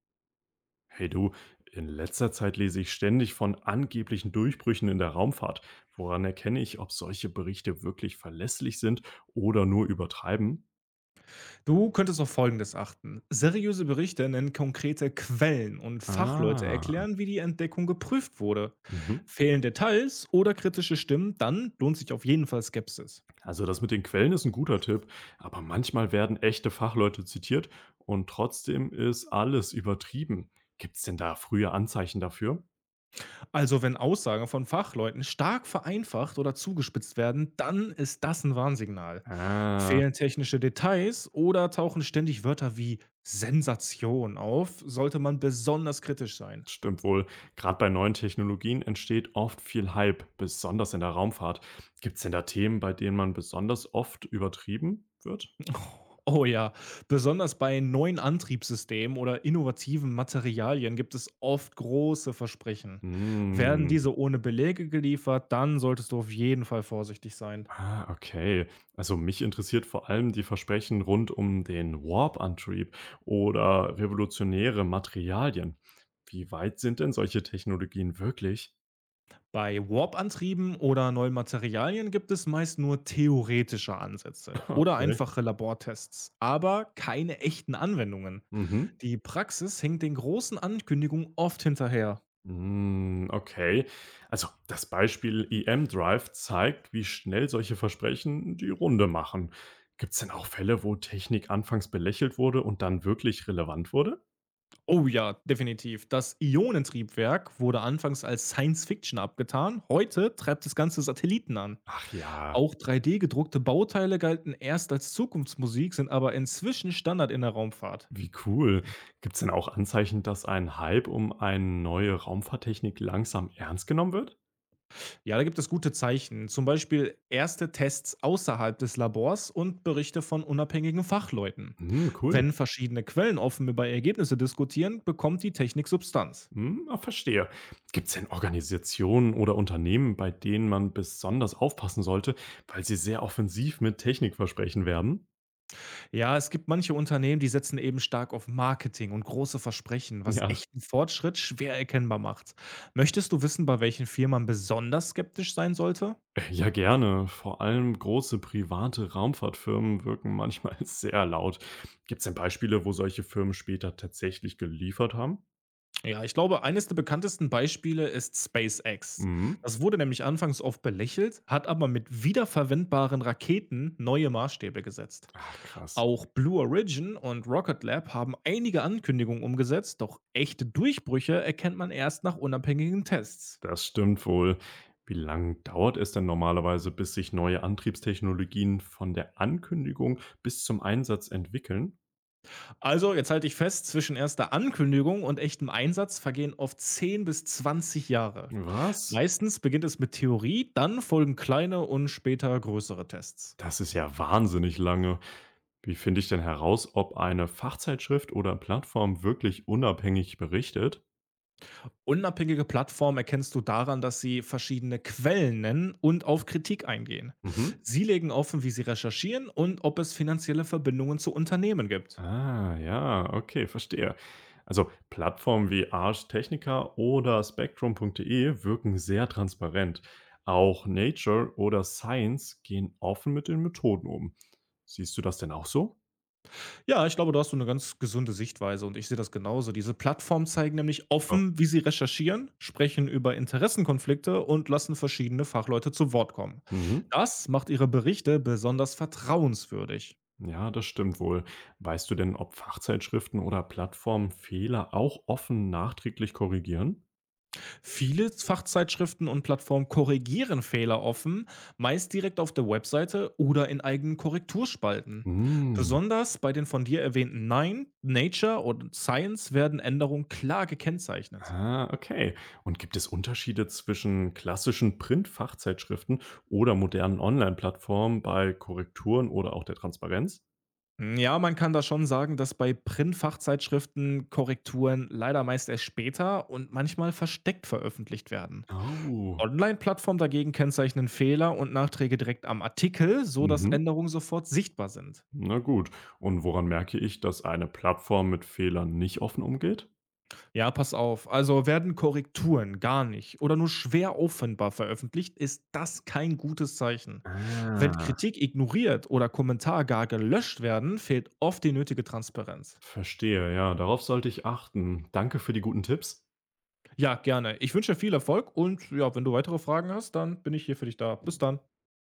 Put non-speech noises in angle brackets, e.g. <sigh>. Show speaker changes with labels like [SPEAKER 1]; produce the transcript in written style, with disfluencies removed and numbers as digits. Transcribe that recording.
[SPEAKER 1] Hey du, in letzter Zeit lese ich ständig von angeblichen Durchbrüchen in der Raumfahrt. Woran erkenne ich, ob solche Berichte wirklich verlässlich sind oder nur übertreiben?
[SPEAKER 2] Du könntest auf Folgendes achten. Seriöse Berichte nennen konkrete Quellen und Fachleute
[SPEAKER 1] Ah,
[SPEAKER 2] erklären, wie die Entdeckung geprüft wurde.
[SPEAKER 1] mhm.
[SPEAKER 2] Fehlen Details oder kritische Stimmen, dann lohnt sich auf jeden Fall Skepsis.
[SPEAKER 1] Also das mit den Quellen ist ein guter Tipp, aber manchmal werden echte Fachleute zitiert und trotzdem ist alles übertrieben. Gibt es denn da frühe Anzeichen dafür?
[SPEAKER 2] Also wenn Aussagen von Fachleuten stark vereinfacht oder zugespitzt werden, dann ist das ein Warnsignal.
[SPEAKER 1] Ah.
[SPEAKER 2] Fehlen technische Details oder tauchen ständig Wörter wie Sensation auf, sollte man besonders kritisch sein.
[SPEAKER 1] Stimmt wohl. Gerade bei neuen Technologien entsteht oft viel Hype, besonders in der Raumfahrt. Gibt es denn da Themen, bei denen man besonders oft übertrieben wird?
[SPEAKER 2] Oh ja, besonders bei neuen Antriebssystemen oder innovativen Materialien gibt es oft große Versprechen. Werden
[SPEAKER 1] Hm.
[SPEAKER 2] diese ohne Belege geliefert, dann solltest du auf jeden Fall vorsichtig sein.
[SPEAKER 1] Ah, okay. Also mich interessiert vor allem die Versprechen rund um den Warp-Antrieb oder revolutionäre Materialien. Wie weit sind denn solche Technologien wirklich?
[SPEAKER 2] Bei Warp-Antrieben oder neuen Materialien gibt es meist nur theoretische Ansätze
[SPEAKER 1] <laughs>
[SPEAKER 2] oder
[SPEAKER 1] Okay.
[SPEAKER 2] einfache Labortests, aber keine echten Anwendungen.
[SPEAKER 1] Mhm.
[SPEAKER 2] Die Praxis hinkt den großen Ankündigungen oft hinterher.
[SPEAKER 1] Hm, okay. Also das Beispiel EM Drive zeigt, wie schnell solche Versprechen die Runde machen. Gibt es denn auch Fälle, wo Technik anfangs belächelt wurde und dann wirklich relevant wurde?
[SPEAKER 2] Oh ja, definitiv. Das Ionentriebwerk wurde anfangs als Science Fiction abgetan. Heute treibt das Ganze Satelliten an.
[SPEAKER 1] Ach ja,
[SPEAKER 2] Auch 3D-gedruckte Bauteile galten erst als Zukunftsmusik, sind aber inzwischen Standard in der Raumfahrt.
[SPEAKER 1] wie cool. Gibt es denn auch Anzeichen, dass ein Hype um eine neue Raumfahrttechnik langsam ernst genommen wird?
[SPEAKER 2] Ja, da gibt es gute Zeichen. Zum Beispiel erste Tests außerhalb des Labors und Berichte von unabhängigen Fachleuten.
[SPEAKER 1] Hm, cool.
[SPEAKER 2] Wenn verschiedene Quellen offen über Ergebnisse diskutieren, bekommt die Technik Substanz.
[SPEAKER 1] Hm, ah, verstehe. Gibt's denn Organisationen oder Unternehmen, bei denen man besonders aufpassen sollte, weil sie sehr offensiv mit Technikversprechen werben?
[SPEAKER 2] Ja, es gibt manche Unternehmen, die setzen eben stark auf Marketing und große Versprechen, was
[SPEAKER 1] Ja,
[SPEAKER 2] echten Fortschritt schwer erkennbar macht. Möchtest du wissen, bei welchen Firmen man besonders skeptisch sein sollte?
[SPEAKER 1] ja, gerne. Vor allem große private Raumfahrtfirmen wirken manchmal <laughs> sehr laut. Gibt es denn Beispiele, wo solche Firmen später tatsächlich geliefert haben?
[SPEAKER 2] Ja, ich glaube, eines der bekanntesten Beispiele ist SpaceX.
[SPEAKER 1] Mhm.
[SPEAKER 2] Das wurde nämlich anfangs oft belächelt, hat aber mit wiederverwendbaren Raketen neue Maßstäbe gesetzt.
[SPEAKER 1] Ach, krass.
[SPEAKER 2] Auch Blue Origin und Rocket Lab haben einige Ankündigungen umgesetzt, doch echte Durchbrüche erkennt man erst nach unabhängigen Tests.
[SPEAKER 1] Das stimmt wohl. Wie lange dauert es denn normalerweise, bis sich neue Antriebstechnologien von der Ankündigung bis zum Einsatz entwickeln?
[SPEAKER 2] Also, jetzt halte ich fest, zwischen erster Ankündigung und echtem Einsatz vergehen oft 10 bis 20 Jahre.
[SPEAKER 1] Was?
[SPEAKER 2] Meistens beginnt es mit Theorie, dann folgen kleine und später größere Tests.
[SPEAKER 1] Das ist ja wahnsinnig lange. Wie finde ich denn heraus, ob eine Fachzeitschrift oder Plattform wirklich unabhängig berichtet?
[SPEAKER 2] Unabhängige Plattformen erkennst du daran, dass sie verschiedene Quellen nennen und auf Kritik eingehen.
[SPEAKER 1] Mhm.
[SPEAKER 2] Sie legen offen, wie sie recherchieren und ob es finanzielle Verbindungen zu Unternehmen gibt.
[SPEAKER 1] Ah, ja, okay, verstehe. Also Plattformen wie Ars Technica oder Spectrum.de wirken sehr transparent. Auch Nature oder Science gehen offen mit den Methoden um. Siehst du das denn auch so?
[SPEAKER 2] Ja, ich glaube, da hast du eine ganz gesunde Sichtweise und ich sehe das genauso. Diese Plattformen zeigen nämlich
[SPEAKER 1] Ob-
[SPEAKER 2] offen, wie sie recherchieren, sprechen über Interessenkonflikte und lassen verschiedene Fachleute zu Wort kommen.
[SPEAKER 1] mhm.
[SPEAKER 2] Das macht ihre Berichte besonders vertrauenswürdig.
[SPEAKER 1] Ja, das stimmt wohl. Weißt du denn, ob Fachzeitschriften oder Plattformen Fehler auch offen nachträglich korrigieren?
[SPEAKER 2] Viele Fachzeitschriften und Plattformen korrigieren Fehler offen, meist direkt auf der Webseite oder in eigenen Korrekturspalten. Besonders bei den von dir erwähnten Nine, Nature und Science werden Änderungen klar gekennzeichnet.
[SPEAKER 1] Ah, okay. Und gibt es Unterschiede zwischen klassischen Print-Fachzeitschriften oder modernen Online-Plattformen bei Korrekturen oder auch der Transparenz?
[SPEAKER 2] Hm, ja, man kann da schon sagen, dass bei Print-Fachzeitschriften Korrekturen leider meist erst später und manchmal versteckt veröffentlicht werden.
[SPEAKER 1] Oh,
[SPEAKER 2] Online-Plattformen dagegen kennzeichnen Fehler und Nachträge direkt am Artikel, so dass
[SPEAKER 1] mhm.
[SPEAKER 2] Änderungen sofort sichtbar sind.
[SPEAKER 1] Na gut. Und woran merke ich, dass eine Plattform mit Fehlern nicht offen umgeht?
[SPEAKER 2] Ja, pass auf. Also werden Korrekturen gar nicht oder nur schwer auffindbar veröffentlicht, ist das kein gutes Zeichen. Wenn
[SPEAKER 1] Ah.
[SPEAKER 2] Kritik ignoriert oder Kommentar gar gelöscht werden, fehlt oft die nötige Transparenz.
[SPEAKER 1] Verstehe, ja. Darauf sollte ich achten. Danke für die guten Tipps.
[SPEAKER 2] Ja, gerne. Ich wünsche dir viel Erfolg und ja, wenn du weitere Fragen hast, dann bin ich hier für dich da. Bis dann.